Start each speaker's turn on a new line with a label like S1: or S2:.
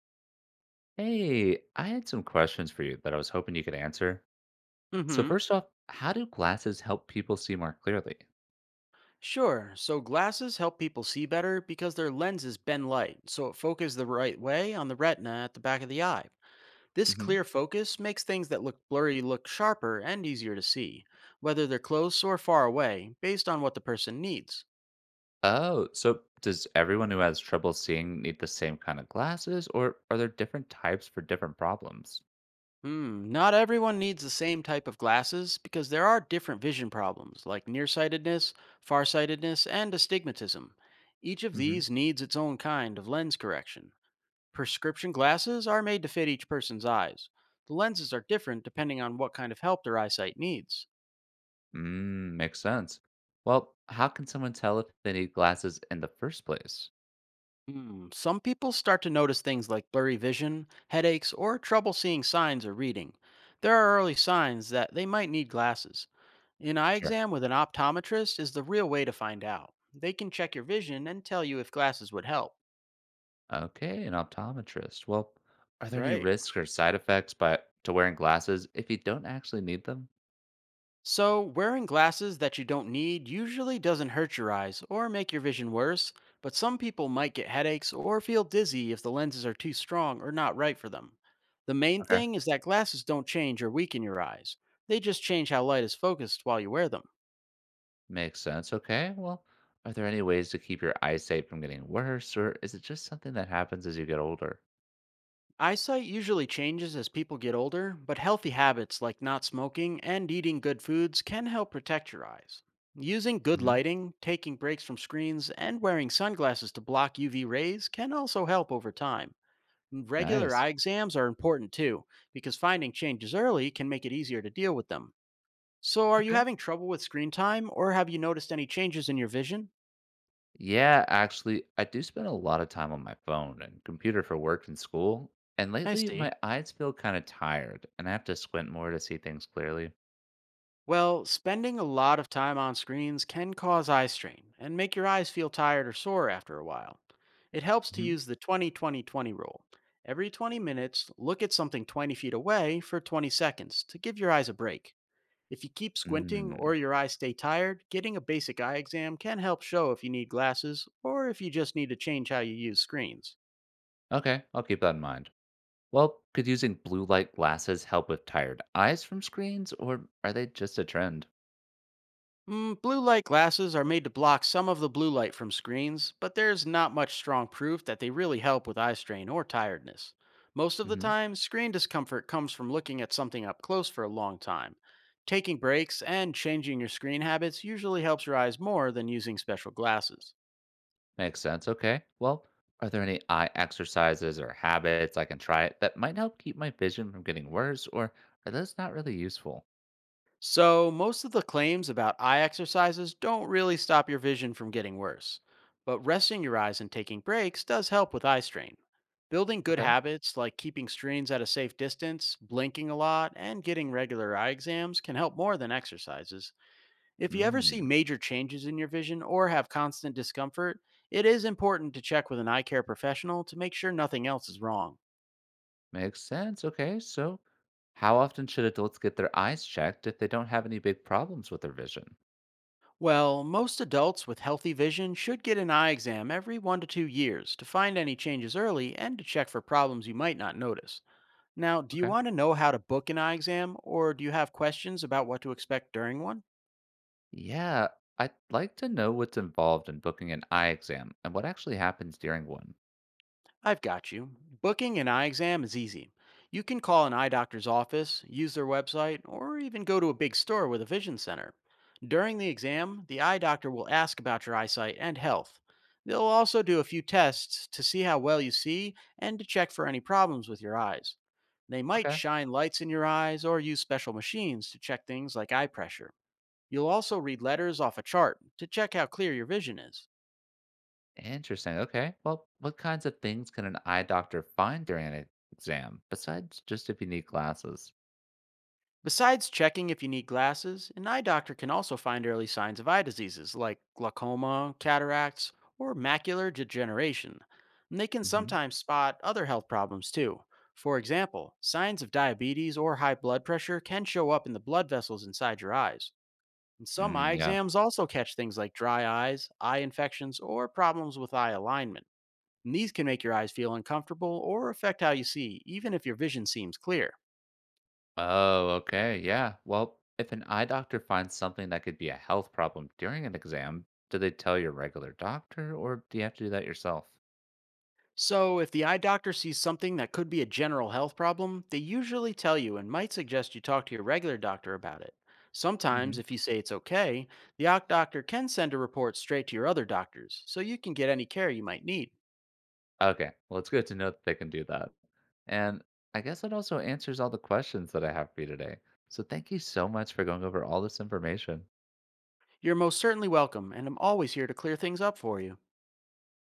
S1: Hey, I had some questions for you that I was hoping you could answer. So
S2: Mm-hmm.
S1: first off, how do glasses help people see more clearly?
S2: Sure. So glasses help people see better because their lenses bend light, so it focuses the right way on the retina at the back of the eye. This
S1: Hmm.
S2: clear focus makes things that look blurry look sharper and easier to see, whether they're close or far away, based on what the person needs.
S1: Oh, so does everyone who has trouble seeing need the same kind of glasses, or are there different types for different problems?
S2: Not everyone needs the same type of glasses because there are different vision problems like nearsightedness, farsightedness, and astigmatism. Each of
S1: Hmm.
S2: these needs its own kind of lens correction. Prescription glasses are made to fit each person's eyes. The lenses are different depending on what kind of help their eyesight needs.
S1: Mm, makes sense. Well, how can someone tell if they need glasses in the first place?
S2: Some people start to notice things like blurry vision, headaches, or trouble seeing signs or reading. There are early signs that they might need glasses. An eye
S1: Sure.
S2: exam with an optometrist is the real way to find out. They can check your vision and tell you if glasses would help.
S1: Okay, an optometrist. Well, are there any
S2: Right.
S1: risks or side effects by to wearing glasses if you don't actually need them?
S2: So, wearing glasses that you don't need usually doesn't hurt your eyes or make your vision worse, but some people might get headaches or feel dizzy if the lenses are too strong or not right for them. The main
S1: Okay.
S2: thing is that glasses don't change or weaken your eyes, they just change how light is focused while you wear them.
S1: Makes sense. Okay. Well, are there any ways to keep your eyesight from getting worse, or is it just something that happens as you get older?
S2: Eyesight usually changes as people get older, but healthy habits like not smoking and eating good foods can help protect your eyes. Using good
S1: Hmm.
S2: lighting, taking breaks from screens, and wearing sunglasses to block UV rays can also help over time. And regular
S1: Nice.
S2: eye exams are important too, because finding changes early can make it easier to deal with them. So, are you
S1: Okay.
S2: having trouble with screen time, or have you noticed any changes in your vision?
S1: Yeah, actually, I do spend a lot of time on my phone and computer for work and school. And
S2: I
S1: lately,
S2: see.
S1: my eyes feel kind of tired, and I have to squint more to see things clearly.
S2: Well, spending a lot of time on screens can cause eye strain and make your eyes feel tired or sore after a while. It helps to
S1: Hmm.
S2: use the 20 20 20 rule. Every 20 minutes, look at something 20 feet away for 20 seconds to give your eyes a break. If you keep squinting or
S1: Mm.
S2: your eyes stay tired, getting a basic eye exam can help show if you need glasses or if you just need to change how you use screens.
S1: Okay, I'll keep that in mind. Well, could using blue light glasses help with tired eyes from screens, or are they just a trend?
S2: Blue light glasses are made to block some of the blue light from screens, but there's not much strong proof that they really help with eye strain or tiredness. Most of the time, screen discomfort comes from looking at something up close for a long time. Taking breaks and changing your screen habits usually helps your eyes more than using special glasses.
S1: Makes sense. Okay. Well, are there any eye exercises or habits I can try that might help keep my vision from getting worse, or are those not really useful?
S2: So, most of the claims about eye exercises don't really stop your vision from getting worse, but resting your eyes and taking breaks does help with eye strain. Building good
S1: Okay.
S2: habits like keeping screens at a safe distance, blinking a lot, and getting regular eye exams can help more than exercises. If you ever see
S1: Mm,
S2: major changes in your vision or have constant discomfort, it is important to check with an eye care professional to make sure nothing else is wrong.
S1: makes sense. Okay. So, how often should adults get their eyes checked if they don't have any big problems with their vision?
S2: Well, most adults with healthy vision should get an eye exam every 1 to 2 years to find any changes early and to check for problems you might not notice. Now, do you
S1: Okay.
S2: want to know how to book an eye exam, or do you have questions about what to expect during one?
S1: Yeah. I'd like to know what's involved in booking an eye exam and what actually happens during one.
S2: I've got you. Booking an eye exam is easy. You can call an eye doctor's office, use their website, or even go to a big store with a vision center. During the exam, the eye doctor will ask about your eyesight and health. They'll also do a few tests to see how well you see and to check for any problems with your eyes. They might
S1: Okay.
S2: shine lights in your eyes or use special machines to check things like eye pressure. You'll also read letters off a chart to check how clear your vision is.
S1: Interesting. Okay. Well, what kinds of things can an eye doctor find during an exam besides just if you need glasses?
S2: Besides checking if you need glasses, an eye doctor can also find early signs of eye diseases like glaucoma, cataracts, or macular degeneration. And they can
S1: Hmm.
S2: sometimes spot other health problems too. For example, signs of diabetes or high blood pressure can show up in the blood vessels inside your eyes. And some eye
S1: Mm, yeah.
S2: exams also catch things like dry eyes, eye infections, or problems with eye alignment. And these can make your eyes feel uncomfortable or affect how you see, even if your vision seems clear.
S1: Oh, okay. Yeah. Well, if an eye doctor finds something that could be a health problem during an exam, do they tell your regular doctor or do you have to do that yourself?
S2: So, if the eye doctor sees something that could be a general health problem, they usually tell you and might suggest you talk to your regular doctor about it. Sometimes,
S1: Hmm.
S2: if you say it's okay, the eye doctor can send a report straight to your other doctors so you can get any care you might need.
S1: Okay. Well, it's good to know that they can do that. And I guess that also answers all the questions that I have for you today. So thank you so much for going over all this information.
S2: You're most certainly welcome, and I'm always here to clear things up for you.